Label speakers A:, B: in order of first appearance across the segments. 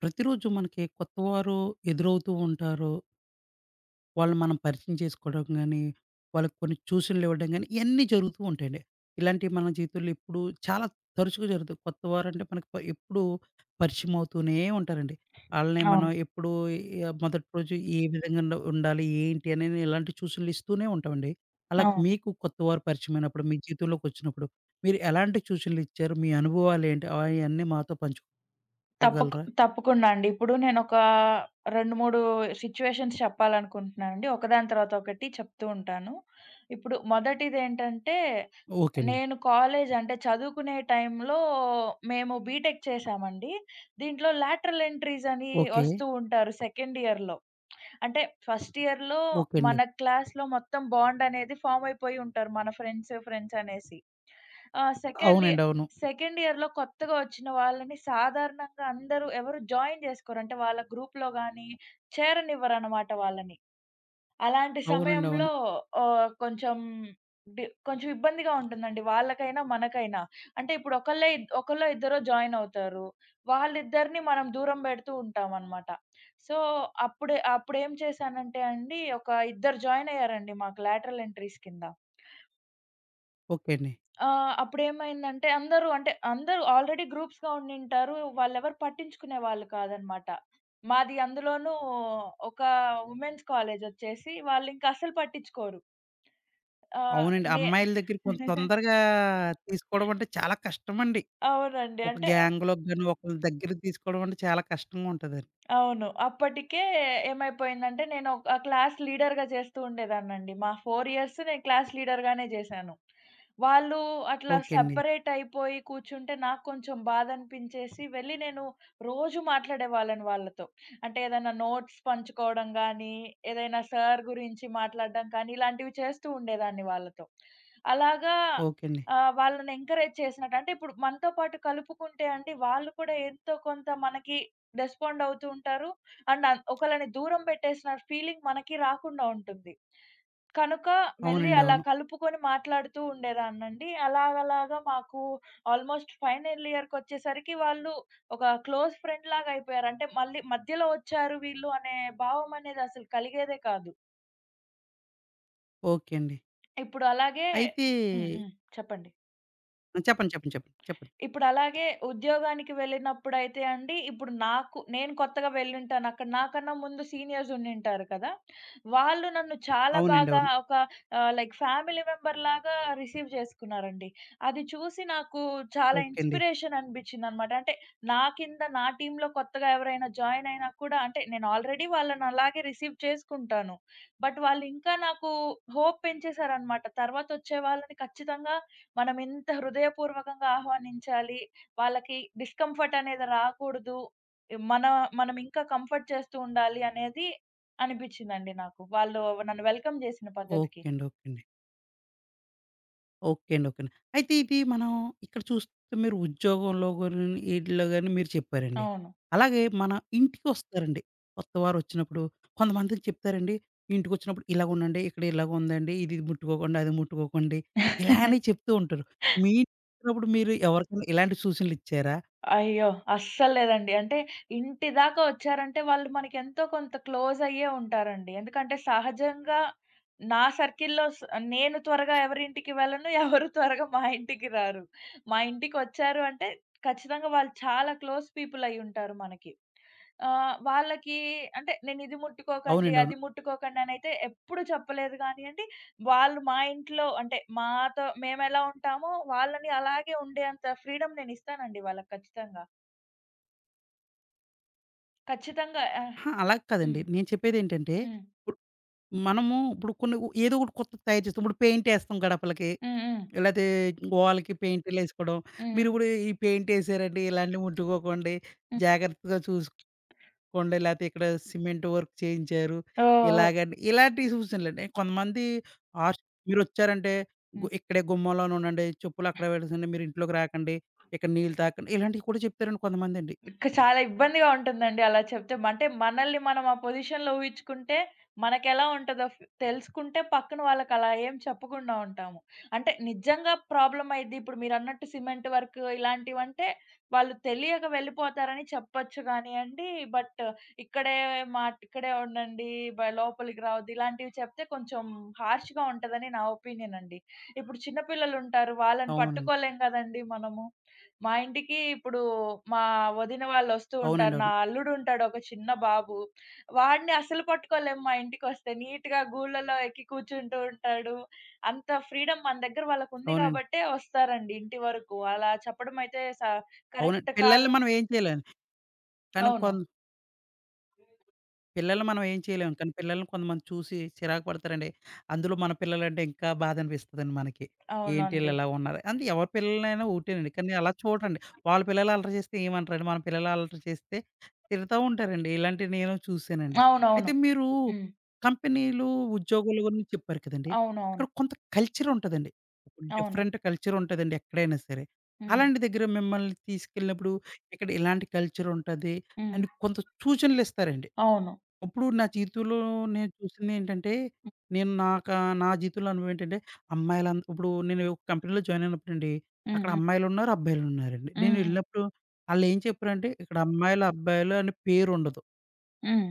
A: ప్రతిరోజు మనకి కొత్తవారు ఎదురవుతూ ఉంటారు. వాళ్ళు మనం పరిచయం చేసుకోవడం గాని, వాళ్ళకి కొన్ని సూచనలు ఇవ్వడం గాని, ఇయన్నీ జరుగుతూ ఉంటాయండి. ఇలాంటివి మన జీవితంలో ఎప్పుడు చాలా తరచుగా జరుగుతాయి. కొత్తవారంటే మనకు ఎప్పుడూ పరిచయం అవుతూనే ఉంటారండి. ఆళ్ళని మనం
B: అవును.
A: ఎప్పుడూ మొదటి రోజు ఏ విధంగా ఉండాలి, ఏంటి అని ఇలాంటి సూచనలు ఇస్తూనే ఉంటామండి. అలా
B: అవును.
A: మీకు కొత్తవారు పరిచయమైనప్పుడు, మీ జీవితంలోకి వచ్చినప్పుడు మీరు ఎలాంటి సూచనలు ఇచ్చారు? మీ అనుభవాలేంటి? ఆయన్నీ మాతో
B: తప్పకు
A: పంచుకోగలరా?
B: తప్పకుండా అండి. ఇప్పుడు నేనొక 2, 3 సిట్యుయేషన్స్ చెప్పాలనుకుంటున్నానండి. ఒకదాని తర్వాత ఒకటి చెప్తూ ఉంటాను. ఇప్పుడు మొదటిదేంటంటే,
A: ఓకే అండి.
B: నేను కాలేజ్ అంటే చదువుకునే టైంలో మేము బీటెక్ చేశామండి. దీంట్లో లాటరల్ ఎంట్రీస్ అని
A: ఓకే.
B: వస్తూ ఉంటారు సెకండ్ ఇయర్‌లో. అంటే ఫస్ట్ ఇయర్‌లో
A: ఓకే
B: మన
A: అండి.
B: క్లాస్‌లో మొత్తం బాండ్ అనేది ఫార్మ్ అయిపోయి ఉంటారు. మన ఫ్రెండ్స్ అనేసి. ఆహ్, సెకండ్ ఇయ
A: అవునండి. అవును.
B: సెకండ్ ఇయర్‌లో కొత్తగా వచ్చిన వాళ్ళని సాధారణంగా అందరూ ఎవరు జాయిన్ జేసుకోరు. అంటే వాళ్ళ గ్రూప్‌లో గాని చేరనివ్వరనమాట వాళ్ళని. అలాంటి
A: అవునండి. అవును.
B: సమయంలో కొంచెం కొంచెం ఇబ్బందిగా ఉంటుందండి. వాళ్ళకైనా, మనకైనా. అంటే ఇప్పుడు ఒకళ్ళే ఇద్ ఒకళ్ళో ఇద్దరో జాయిన్ అవుతారు. వాళ్ళిద్దరిని మనం దూరం పెడుతూ ఉంటామనమాట. సో, అప్పుడేం చేశానంటే అండి, ఒక ఇద్దరు జాయిన్ అయ్యారండి మాకు లాటరల్ ఎంట్రీస్ కింద.
A: ఓకే అండి.
B: అప్పుడేమైందంటే అందరూ ఆల్రెడీ గ్రూప్స్‌గా ఉండింటారు. వాళ్ళెవరు పట్టించుకునే వాళ్ళు కాదనమాట. మాది అందులోనూ ఒక వుమెన్స్ కాలేజొచ్చేసి వాళ్ళింక అస్సలు పట్టించుకోరు. ఆహ్,
A: అవునండి.
B: నే
A: అమ్మాయిల దగ్గర కొంత తొందరగా తీసుకోవడం అంటే చాలా కష్టమండి.
B: అవునండి.
A: ఒక గ్యాంగ్‌లోకి గాని ఒకళ్ళ దగ్గర తీసుకోవడం అంటే చాలా కష్టంగా ఉంటదండి.
B: అవును. అప్పటికే ఏమైపోయిందంటే నేను ఒక క్లాస్ లీడర్‌గా చేస్తూ ఉండేదాన్నండి. మా 4 ఇయర్స్ నేను క్లాస్ లీడర్‌గానే చేశాను. వాళ్ళు అట్లా
A: ఓకే అండి.
B: సెపరేట్ అయిపోయి కూర్చుంటే నాకు కొంచెం బాధనిపించేసి వెళ్లి నేను రోజు మాట్లాడేవాళ్ళని వాళ్ళతో. అంటే ఏదైనా నోట్స్ పంచుకోవడం గానీ, ఏదైనా సార్ గురించి మాట్లాడడం కానీ ఇలాంటివి చేస్తూ ఉండేదాన్ని వాళ్ళతో. అలాగా
A: ఓకే అండి.
B: వాళ్ళని ఎంకరేజ్ చేసినట్టు అంటే ఇప్పుడు మనతో పాటు కలుపుకుంటే అండి వాళ్ళు కూడా ఎంతో కొంత మనకి రెస్పాండ్ అవుతూ ఉంటారు. అండ్ అన్ ఒకళ్ళని దూరం పెట్టేసిన ఫీలింగ్ మనకి రాకుండా ఉంటుంది. కనుక వెళ్లి అవును.
A: అవునండి.
B: అలా
A: అవును.
B: కలుపుకొని మాట్లాడుతూ ఉండేదాన్నండి. అలాగలాగా మాకు ఆల్‌మోస్ట్ ఫైనల్ ఇయర్‌కొచ్చేసరికి వాళ్ళు ఒక క్లోజ్ ఫ్రెండ్ లాగా అయిపోయారు. అంటే మళ్ళీ మధ్యలో వచ్చారు వీళ్ళు అనే భావం అనేది అసలు కలిగేదే కాదు.
A: ఓకే అండి.
B: ఇప్పుడు అలాగే
A: అయితే
B: హ్మ్. హ్మ్. చెప్పండి.
A: చెప్పండి.
B: ఇప్పుడలాగే ఉద్యోగానికి వెళ్ళినప్పుడైతే అండి, ఇప్పుడు నాకు నేను కొత్తగా వెళ్ళుంటాను. అక్కడ నాకన్నా ముందు సీనియర్స్ ఉండింటారు కదా! వాళ్ళు నన్ను చాలా
A: అవునండి.
B: బాగా
A: అవును.
B: ఒక లైక్ ఫ్యామిలీ మెంబర్‌లాగా రిసీవ్ చేసుకున్నారండి. అది చూసి నాకు చాలా
A: ఓకే అండి.
B: ఇన్‌స్పిరేషన్ అనిపించిందనమాట. అంటే నా కింద నా టీమ్‌లో కొత్తగా ఎవరైనా జాయిన్ అయినా కూడా అంటే నేను ఆల్రెడీ వాళ్ళని అలాగే రిసీవ్ చేసుకుంటాను. బట్ వాళ్ళు ఇంకా నాకు హోప్ పెంచేసారనమాట. తర్వాత వచ్చే వాళ్ళని ఖచ్చితంగా మనం ఎంత హృదయపూర్వకంగా ఆహ్వానించాలి. వాళ్ళకి డిస్కంఫర్ట్ అనేది రాకూడదు. మన మనం ఇంకా కంఫర్ట్ చేస్తూ ఉండాలి అనేది అనిపించిందండి నాకు. వాళ్ళు నన్ను వెల్కమ్ చేసిన పద్ధతికి.
A: ఓకే అండి. ఓకే అండి. ఓకే అండి. ఓకే అండి. అయితే ఇది మనం ఇక్కడ చూస్తే మీరు ఉద్యోగంలో గాని, ఈటిల్లో గాని మీరు చెప్పారండి.
B: అవును.
A: అలాగే మన ఇంటికొస్తారండి. కొత్తవారు వచ్చినప్పుడు కొంతమందికి చెప్తారండి. ఇంటికొచ్చినప్పుడు ఇలాగుండండి, ఇక్కడ ఇలాగుందండి, ఇది ముట్టుకోకండి, అది ముట్టుకోకండి ఇలా అని చెప్తూ ఉంటారు. మీ ఇంటికొచ్చినప్పుడు మీరు ఎవరికైనా ఇలాంటి సూచనలిచ్చారా?
B: అయ్యో! అస్సల్లేదండి. అంటే ఇంటి దాకా వచ్చారంటే వాళ్ళు మనకెంతో కొంత క్లోజ్ అయ్యే ఉంటారండి. ఎందుకంటే సహజంగా నా సర్కిల్‌లో స్ నేను త్వరగా ఎవరింటికి వెళ్ళను. ఎవరు త్వరగా మా ఇంటికి రారు. మా ఇంటికొచ్చారు అంటే ఖచ్చితంగా వాళ్ళు చాలా క్లోజ్ పీపుల్ అయ్యుంటారు మనకి. ఆహ్, వాళ్ళకి అంటే నేనిది ముట్టుకోకండి,
A: అవునండి. అవును.
B: అది ముట్టుకోకండి అనైతే ఎప్పుడు చెప్పలేదు గానియండి. వాళ్ళు మా ఇంట్లో అంటే మాతో మేమెలా ఉంటామో వాళ్ళని అలాగే ఉండేంత ఫ్రీడమ్ నేనిస్తానండి వాళ్ళకి ఖచ్చితంగా. ఖచ్చితంగా. ఆ!
A: అహా! అలా కాదండి.
B: హ్మ్.
A: నేను చెప్పేదేంటంటే,
B: హ్మ్.
A: ఇప్పుడు మనము కొన్ని ఏదో ఒకటి కొత్తది తయారు చేస్తాం. ఇప్పుడు పెయింటేస్తాం గడపలకి.
B: హ్మ్. హ్మ్.
A: లేతే గోడలకి పెయింటులేసుకోడం.
B: హ్మ్.
A: మీరు గూడా ఈ పెయింటేసారండి, ఇలాంటివి ముట్టుకోకండి,
B: హ్మ్.
A: జాగ్రత్తగా చూసుకోండి, లేతే ఇక్కడ సిమెంట్ వర్క్ చేయించారు,
B: ఓహ్!
A: ఇలాగని ఇలాంటి సూచనలండి. కొంతమంది ఆర్చ్ మీరొచ్చారంటే,
B: హ్మ్.
A: ఇక్కడే గుమ్మంలోనే ఉండండి, చెప్పులు అక్కడే పెట్టేసండి, మీరు ఇంట్లోకి రాకండి, ఇక్కడ నీళ్ళు తాగకండి, ఇలాంటివి కూడా చెప్తారండి కొంతమందండి.
B: ఇక చాలా ఇబ్బందిగా ఉంటుందండి అలా చెప్తే. అంటే మనల్ని మనం ఆ పొజిషన్‌లో ఊహించుకుంటే, మనకెలా ఉంటదో తెలుసుకుంటే పక్కన వాళ్ళకి అలా ఏం చెప్పకుండా ఉంటాము. అంటే నిజంగా ప్రాబ్లమ్ అయిద్ది. ఇప్పుడు మీరన్నట్టు సిమెంట్ వర్క్ ఇలాంటివంటే, వాళ్ళు తెలియక వెళ్ళిపోతారని చెప్పొచ్చు గానియండి. బట్ ఇక్కడే ఇక్కడే ఉండండి, లోపలికి రావద్దు ఇలాంటివి చెప్తే కొంచెం హార్ష్‌గా ఉంటదని నా ఒపీనియన్ అండి. ఇప్పుడు చిన్న పిల్లలుంటారు వాళ్ళని
A: అవునండి.
B: పట్టుకోలేం గదండీ మనము. మా ఇంటికి ఇప్పుడు మా వదిన వాళ్ళొస్తూ
A: అవునండి.
B: ఉంటారు. నా
A: అవును.
B: అల్లుడు ఉంటాడు ఒక చిన్న బాబు. వాడిని అసలు పట్టుకోలేము మా ఇంటికొస్తే. నీట్‌గా గూళ్ళలో ఎక్కి కూర్చుంటూ ఉంటాడు. అంత ఫ్రీడమ్ మన దగ్గర వాళ్ళకుంది
A: అవునండి.
B: కాబట్టే వస్తారండి ఇంటి వరకు. అలా చెప్పడం అయితే
A: అవునండి.
B: కరెక్ట్ కాదు.
A: పిల్లల్ని మనం ఏం చేయలేం. కానీ
B: అవును.
A: కొం పిల్లల్ని మనం ఏం చేయలేం. కానీ పిల్లల్ని కొంతమంది చూసి చిరాకు పడతారండి. అందులో మన పిల్లలంటే ఇంకా బాధనిపిస్తదండి మనకి. ఏంటి
B: అవునండి.
A: ఈళ్ళిలా ఉన్నారు. అంటే ఎవరి పిల్లలైనా ఒకటేనండి. కానీ అలా చూడండి. వాళ్ళ పిల్లలు అల్లరి చేస్తే ఏమంటారండి. మన పిల్లలు అల్లరి చేస్తే తిడతా ఉంటారండి. ఇలాంటివి నేను చూసానండి.
B: అవునవును.
A: అయితే మీరు
B: హ్మ్.
A: కంపెనీలు, ఉద్యోగుల గురించి చెప్పారు కదండీ.
B: అవునవును.
A: ఇక్కడ కొంత కల్చరుంటదండి.
B: అవును.
A: డిఫరెంట్ కల్చరుంటదండి ఎక్కడైనా సరే.
B: హ్మ్.
A: అలాంటి దగ్గర మిమ్మల్ని తీసుకెళ్ళినప్పుడు ఇక్కడ ఇలాంటి కల్చరుంటది
B: హ్మ్.
A: అని కొంత సూచనలిస్తారండి.
B: అవును.
A: ఇప్పుడు నా జీవితంలో నేను చూసిందేంటంటే, నేను నాకా నా జీవితంలో అనుభవం ఏంటంటే, ఇప్పుడు నేను ఒక కంపెనీలో జాయిన్ అయినప్పుడండి, అక్కడ
B: హ్మ్.
A: అమ్మాయిలున్నారు, అబ్బాయిలున్నారండి. నేను
B: హ్మ్. హ్మ్. హ్మ్.
A: వెళ్ళినప్పుడు ఆళ్ళేం చెప్పారంటే, ఇక్కడ అమ్మాయిలు, అబ్బాయిలు అని పేరుండదు.
B: హ్మ్.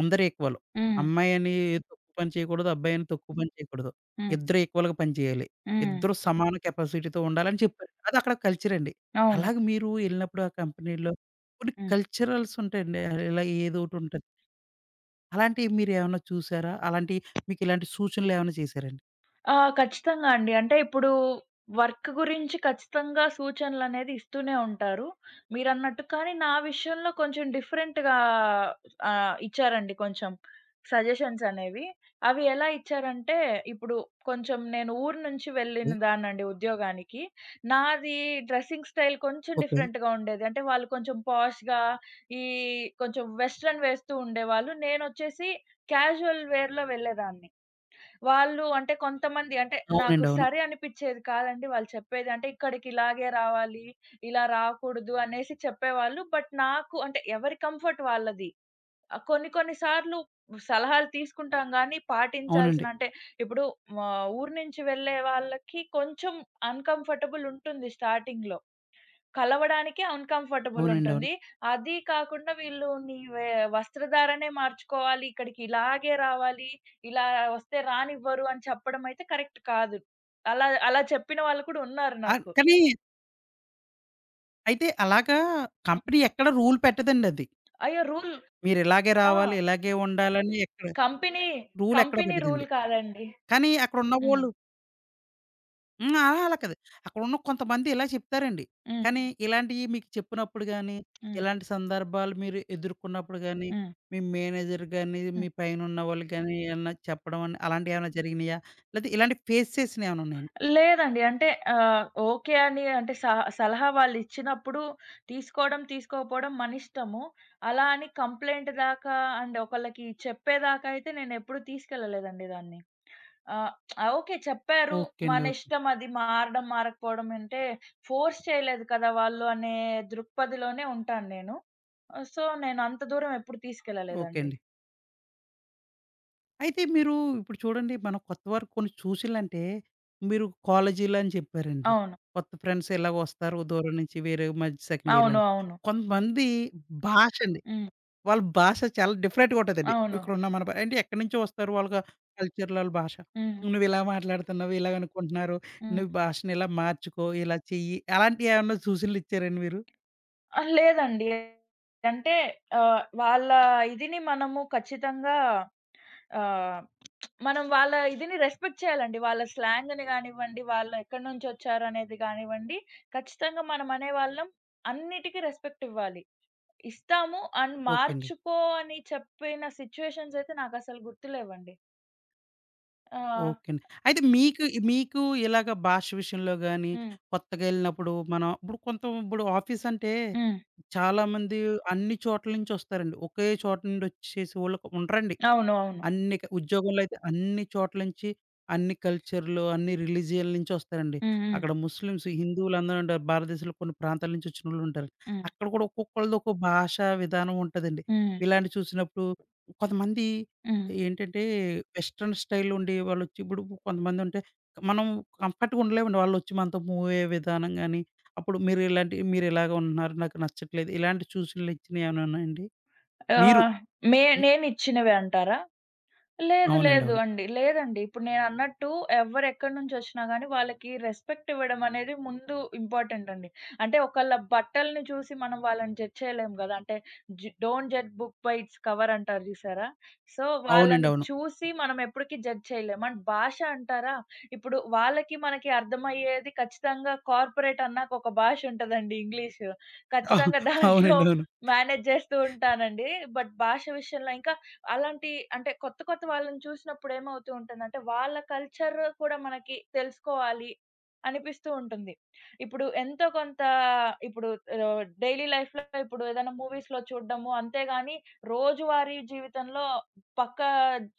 A: అందరూ ఈక్వల్.
B: హ్మ్.
A: అమ్మాయని తక్కువ పని చేయకూడదు, అబ్బాయని తక్కువ పని చేయకూడదు.
B: హ్మ్.
A: ఇద్దరు ఈక్వల్‌గా పని చేయాలి.
B: హ్మ్.
A: ఇద్దరు సమాన కెపాసిటీతో ఉండాలని చెప్పారు. అది అక్కడ కల్చరండి.
B: అవును.
A: అలాగే మీరు వెళ్ళినప్పుడు ఆ కంపెనీలో కొన్ని
B: హ్మ్.
A: కల్చరల్స్ ఉంటాయండి. ఇలా ఏదోకటుంటది. అలాంటివి మీరేమన్నా చూసారా? అలాంటి మీకిలాంటి సూచనలేమన్నా చేశారండి?
B: ఆ! ఖచ్చితంగా అండి. అంటే ఇప్పుడు వర్క్ గురించి ఖచ్చితంగా సూచనలనేది ఇస్తూనే ఉంటారు. మీరన్నట్టు. కానీ నా విషయంలో కొంచెం డిఫరెంట్‌గా ఇచ్చారండి కొంచెం సజెషన్స్ అనేవి. అవి ఎలా ఇచ్చారంటే, ఇప్పుడు కొంచెం నేను ఊరు నుంచి
A: ఓకే.
B: వెళ్ళిన దాన్నండి ఉద్యోగానికి. నాది డ్రెసింగ్ స్టైల్ కొంచెం
A: ఓకే.
B: డిఫరెంట్‌గా ఉండేది. అంటే వాళ్ళు కొంచెం పాష్‌గా ఈ కొంచెం వెస్టర్న్ వేస్తూ ఉండేవాళ్ళు. నేనొచ్చేసి క్యాజువల్ వేర్‌లో వెళ్ళేదాన్ని. వాళ్ళు అంటే కొంతమంది అంటే నాకు
A: అవునండి. అవును.
B: సరి అనిపిచ్చేది కాదండి వాళ్ళు చెప్పేది. అంటే ఇక్కడికిలాగే రావాలి, ఇలా రాకూడదు అనేసి చెప్పేవాళ్ళు. బట్ నాకు అంటే ఎవరి కంఫర్ట్ వాళ్ళది. కొన్ని కొన్ని సార్లు సలహాలు తీసుకుంటాం గానీ పాటించాల్సిన
A: అవునండి.
B: అంటే ఇప్పుడు మా ఊరు నుంచి వెళ్ళే వాళ్ళకి కొంచెం అన్‌కంఫర్టబుల్ ఉంటుంది స్టార్టింగ్‌లో. కలవడానికే అన్‌కంఫర్టబుల్
A: అవునండి. అవును.
B: ఉంటుంది. అది కాకుండా వీళ్ళు నీ వే వస్త్రధారణే మార్చుకోవాలి. ఇక్కడికి ఇలాగే రావాలి. ఇలా వస్తే రానివ్వరు అని చెప్పడం అయితే కరెక్ట్ కాదు. అలా అలా చెప్పిన వాళ్ళు కూడా ఉన్నారు
A: ఆహ్,
B: నాకు.
A: కానీ అయితే అలాగా
B: హ్మ్.
A: కంపెనీ ఎక్కడ రూల్ పెట్టదండది.
B: అయ్యో!
A: మీరిలాగే
B: ఆ!
A: రావాలి, ఇలాగే ఉండాలని ఎక్కడ
B: కంపెనీ
A: రూల్ ఎక్కడ
B: కంపెనీ
A: పెట్టదండి.
B: రూల్ కాదండి.
A: కానీ
B: హ్మ్.
A: అక్కడున్నవోళ్ళు హ్మ్. అలా అలా కాదు. అక్కడున్న కొంతమంది ఇలా చెప్తారండి.
B: హ్మ్.
A: కానీ
B: హ్మ్.
A: ఇలాంటియి మీకు చెప్పినప్పుడు గాని,
B: హ్మ్.
A: ఇలాంటి సందర్భాలు మీరు ఎదుర్కొన్నప్పుడు గాని,
B: హ్మ్.
A: మీ మేనేజర్ గాని, మీ పైనున్న వాళ్ళు గాని ఏమన్నా చెప్పడం అని అలాంటియేమన్నా జరిగినాయా? లేతే ఇలాంటివి ఫేస్ చేసినయేమన్నా ఉన్నాయండి?
B: లేదండి. అంటే ఓకే అని అంటే సలహా వాళ్ళిచ్చినప్పుడు తీసుకోవడం, తీసుకోకపోవడం మనిష్టము. అలా అని కంప్లెయింట్ దాకా అండ్ ఒకళ్ళకి చెప్పేదాకా అయితే నేనెప్పుడు తీసుకెళ్ళలేదండి దాన్ని. ఆహ్, ఓకే. చెప్పారు.
A: ఓకే అండి. ఓకే.
B: మనిష్టం అది మారడం, మారకపోవడం అంటే ఫోర్స్ చేయలేదు కదా వాళ్ళు అనే దృక్పథిలోనే ఉంటాను నేను. సో, నేనంత దూరం ఎప్పుడు
A: ఓకే
B: తీసుకెళ్ళలేదండి.
A: అండి. అయితే మీరు ఇప్పుడు చూడండి మనం కొత్త వారు కొన్ని సూచనలంటే, మీరు కాలేజీలో అని చెప్పారండి.
B: అవును.
A: కొత్త ఫ్రెండ్స్ ఇలాగొస్తారు దూరం నుంచి వేరే మధ్య సెకండ్ ఇయర్‌లో
B: అవును.
A: అని.
B: అవును.
A: కొంతమంది భాషండి
B: హ్మ్.
A: వాళ్ళ భాష చాలా డిఫరెంట్‌గా ఉంటదండి.
B: అవును.
A: ఇక్కడున్న మన భ అంటే ఎక్కడి నుంచో వస్తారు వాళ్ళకి కల్చర్‌లో ఆళ్ళ భాష.
B: హ్మ్.
A: "నువ్విలా మాట్లాడుతున్నావు, ఇలాగనుకుంటున్నారు,
B: హ్మ్.
A: నువ్వు భాషను ఇలా మార్చుకో, ఇలా చెయ్యి" అలాంటియేమన్నా సూచనలిచ్చారండి మీరు?
B: ఆ! లేదండి. అంటే వాళ్ళ ఇదిని మనము ఖచ్చితంగా ఆహ్, మనం వాళ్ళ ఇదిని రెస్పెక్ట్ చేయాలండి. వాళ్ళ స్లాంగ్‌ని గానివ్వండి, వాళ్ళు ఎక్కడి నుంచొచ్చారనేది గానివ్వండి, ఖచ్చితంగా మనం అనేవాళ్ళం అన్నిటికి రెస్పెక్ట్ ఇవ్వాలి. ఇస్తాము అండ్
A: ఓకే అండి.
B: మార్చుకో అని చెప్పిన సిట్యుయేషన్స్ అయితే నాకసలు గుర్తులేవండి. ఆ!
A: ఓకే అండి. అయితే మీకు మీకు ఇలాగ భాష విషయంలో గానీ,
B: హ్మ్.
A: కొత్తగా ఎళ్ళినప్పుడు మనం ఇప్పుడు కొంత ఆఫీసంటే
B: హ్మ్.
A: చాలామంది అన్ని చోట్ల నుంచొస్తారండి. ఒకే చోట నుండొచ్చేసేవాళ్ళు ఉండరండి.
B: అవును. అవును.
A: అన్ని క ఉద్యోగంలో అయితే అన్ని చోట్ల నుంచి, అన్ని కల్చర్‌లు, అన్ని రిలీజియన్‌ల నుంచి వస్తారండి.
B: హ్మ్. హ్మ్.
A: అక్కడ ముస్లిమ్స్, హిందువులు అందరూ ఉంటారు. భారతదేశంలో కొన్ని ప్రాంతాల నుంచి వచ్చినోళ్ళు ఉంటారు.
B: హ్మ్.
A: అక్కడ కూడా ఒక్కొక్కళ్ళది ఒక్కో భాషా విధానం ఉంటదండి.
B: హ్మ్.
A: ఇలాంటి చూసినప్పుడు కొంతమంది
B: హ్మ్.
A: ఏంటంటే వెస్టర్న్ స్టైల్ ఉండి వాళ్ళొచ్చి ఇప్పుడు కొంతమంది ఉంటే మనం కంఫర్ట్‌గా ఉండలేమండి. వాళ్ళొచ్చి మనతో మూవ్ అయ్యే విధానం గాని, అప్పుడు మీరు ఇలాగ ఉంటున్నారు నాకు నచ్చట్లేదు. ఇలాంటి సూచనలు ఇచ్చినవి ఏమైనా ఉన్నాయండి? మీరు
B: ఆహ్, మే
A: హ్మ్.
B: నేనిచ్చినవే అంటారా? లేదు.
A: అవునండి.
B: లేదు
A: అవును.
B: అండి. లేదండి. ఇప్పుడు నేనన్నట్టు ఎవ్వరెక్కడి నుంచొచ్చినా గానీ వాళ్ళకి రెస్పెక్ట్ ఇవ్వడం అనేది ముందు ఇంపార్టెంట్ అండి. అంటే ఒకళ్ళ బట్టల్ని చూసి మనం వాళ్ళని జడ్జ్ చేయలేం గదా! అంటే జి don't judge book by its cover అంటారు జూసారా? సో,
A: అవునండి.
B: వాళ్ళని
A: అవును.
B: చూసి మనం ఎప్పటికి జడ్జ్ చేయలేం. అండ్ భాష అంటారా? ఇప్పుడు వాళ్ళకి, మనకి అర్థమయ్యేది ఖచ్చితంగా కార్పొరేట్ అన్నాక ఒక భాష ఉంటదండి ఇంగ్లీషు.
A: అహ్!
B: ఖచ్చితంగా దాంట్లో
A: అవునండి. అవును.
B: మేనేజ్ జేస్తూ ఉంటానండి. బట్ భాష విషయంలో ఇంకా అలాంటి అంటే కొత్త కొత్త వాళ్ళని చూసినప్పుడు ఏమవుతూ ఉంటుందంటే, వాళ్ళ కల్చర్ కూడా మనకి తెలుసుకోవాలి అనిపిస్తూ ఉంటుంది. ఇప్పుడు ఎంతో కొంత ఇప్పుడు డైలీ లైఫ్‌లో ఇప్పుడు ఏదైనా మూవీస్‌లో చూడడము అంతేగాని, రోజువారీ జీవితంలో పక్క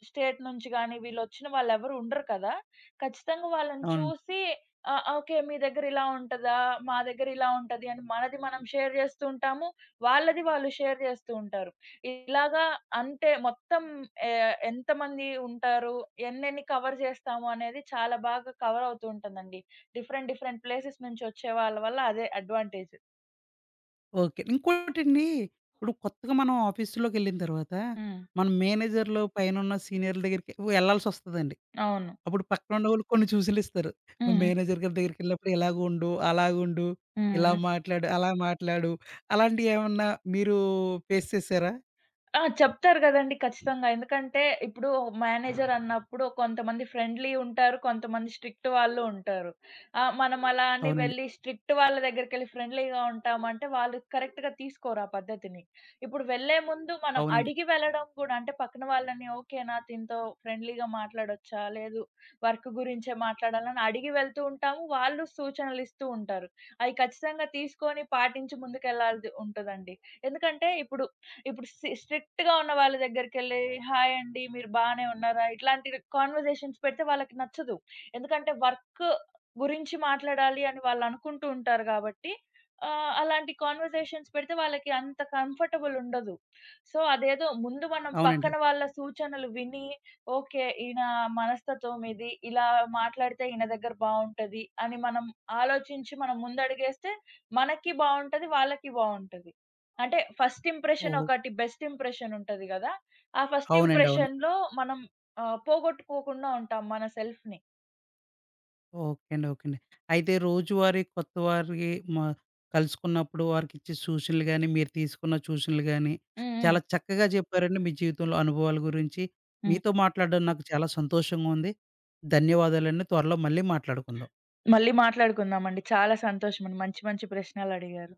B: స్టేట్ నుంచి గాని, వీళ్ళొచ్చిన వాళ్ళెవరు ఉండరు కదా! ఖచ్చితంగా వాళ్ళని
A: అవును.
B: చూసి ఓకే. మీ దగ్గర ఇలా ఉంటదా? మా దగ్గర ఇలా ఉంటది అని మనది మనం షేర్ జేస్తూ ఉంటాము. వాళ్ళది వాళ్ళు షేర్ జేస్తూ ఉంటారు. ఇలాగా అంటే మొత్తం ఎంతమంది ఉంటారు? ఎన్నెన్ని కవర్ చేస్తాము అనేది చాలా బాగా కవర్ అవుతూ ఉంటుందండి. డిఫరెంట్, డిఫరెంట్ ప్లేసెస్ నుంచి వచ్చే వాళ్ళ వల్ల అదే అడ్వాంటేజ్.
A: ఓకే. ఇంకోటండి, ఇప్పుడు కొత్తగా మనం ఆఫీస్‌లోకెళ్ళిన తర్వాత,
B: హ్మ్.
A: మన మేనేజర్‌లు పైనున్న సీనియర్‌ల దగ్గరికి వెళ్ళాల్సొస్తదండి.
B: అవును.
A: అప్పుడు పక్కనున్నోళ్ళు కొన్ని సూచనలిస్తారు.
B: హ్మ్.
A: మేనేజర్ గారి దగ్గరికెళ్ళినప్పుడు ఇలాగుండు, అలాగుండు, ఇలా
B: హ్మ్.
A: మాట్లాడు, అలా మాట్లాడు, అలాంటియేమన్నా మీరు ఫేస్ చేసారా?
B: ఆ! చెప్తారు గదండీ ఖచ్చితంగా. ఎందుకంటే ఇప్పుడు మేనేజర్ అన్నప్పుడు కొంతమంది ఫ్రెండ్లీ ఉంటారు. కొంతమంది స్ట్రిక్ట్ వాళ్ళు ఉంటారు. మనం అలా అని
A: అవునండి.
B: వెళ్లి స్ట్రిక్ట్ వాళ్ళ దగ్గరికెళ్లి ఫ్రెండ్లీగా ఉంటామంటే వాళ్ళు కరెక్ట్‌గా తీసుకోరు ఆ పద్ధతిని. ఇప్పుడు వెళ్ళే ముందు మనం
A: అవునండి.
B: అడిగి వెళ్ళడం గూడా అంటే పక్కన వాళ్ళని ఓకేనా దీంతో ఫ్రెండ్లీగా మాట్లాడొచ్చా? లేదు వర్క్ గురించే మాట్లాడాలా? అని అడిగి వెళ్తూ ఉంటాము. వాళ్ళు సూచనలు ఇస్తూ ఉంటారు. అయి ఖచ్చితంగా తీసుకొని పాటించి ముందుకెళ్ళాల్ది ఉంటదండి. ఎందుకంటే ఇప్పుడు ఇప్పుడు సి స్ట్రిక్ట్‌గా ఉన్న వాళ్ళ దగ్గరికెళ్ళి హాయ్ అండి మీరు బానే ఉన్నారా? ఇట్లాంటి కాన్వర్జేషన్స్ పెడితే వాళ్ళకి నచ్చదు. ఎందుకంటే వర్క్ గురించి మాట్లాడాలి అని వాళ్ళు అనుకుంటూ ఉంటారు కాబట్టి అలాంటి కాన్వర్జేషన్స్ పెడితే వాళ్ళకి అంత కంఫర్టబుల్ ఉండదు. సో, అదేదో ముందు మనం
A: అవునండి.
B: పక్కన వాళ్ళ సూచనలు విని ఓకే. ఈయన మనస్తత్వం ఇది. ఇలా మాట్లాడితే ఈయన దగ్గర బావుంటది అని మనం ఆలోచించి మనం ముందడుగేస్తే మనకి బావుంటది. వాళ్ళకి బావుంటది. అంటే ఫస్ట్ ఇంప్రెషన్
A: ఓహ్!
B: ఒకటి బెస్ట్ ఇంప్రెషన్ ఉంటది గదా! ఆ ఫస్ట్
A: అవునండి. అవును.
B: ఇంప్రెషన్‌లో మనం పోగొట్టుకోకుండా ఉంటాం మన సెల్ఫ్‌ని.
A: ఓకే అండి. ఓకే అండి. అయితే రోజువారీ కొత్త వారికి కలుసుకున్నప్పుడు వారికిచ్చే సూచనలు గాని, మీరు తీసుకున్న సూచనలు గాని,
B: హ్మ్. హ్మ్.
A: చాలా చక్కగా చెప్పారండి మీ జీవితంలో అనుభవాల గురించి.
B: హ్మ్.
A: మీతో మాట్లాడడం నాకు చాలా సంతోషంగా ఉంది. ధన్యవాదాలండి. త్వరలో మళ్ళీ మాట్లాడుకుందాం.
B: మళ్ళీ మాట్లాడుకుందామండి. చాలా సంతోషమండి. మంచి మంచి ప్రశ్నలడిగారు.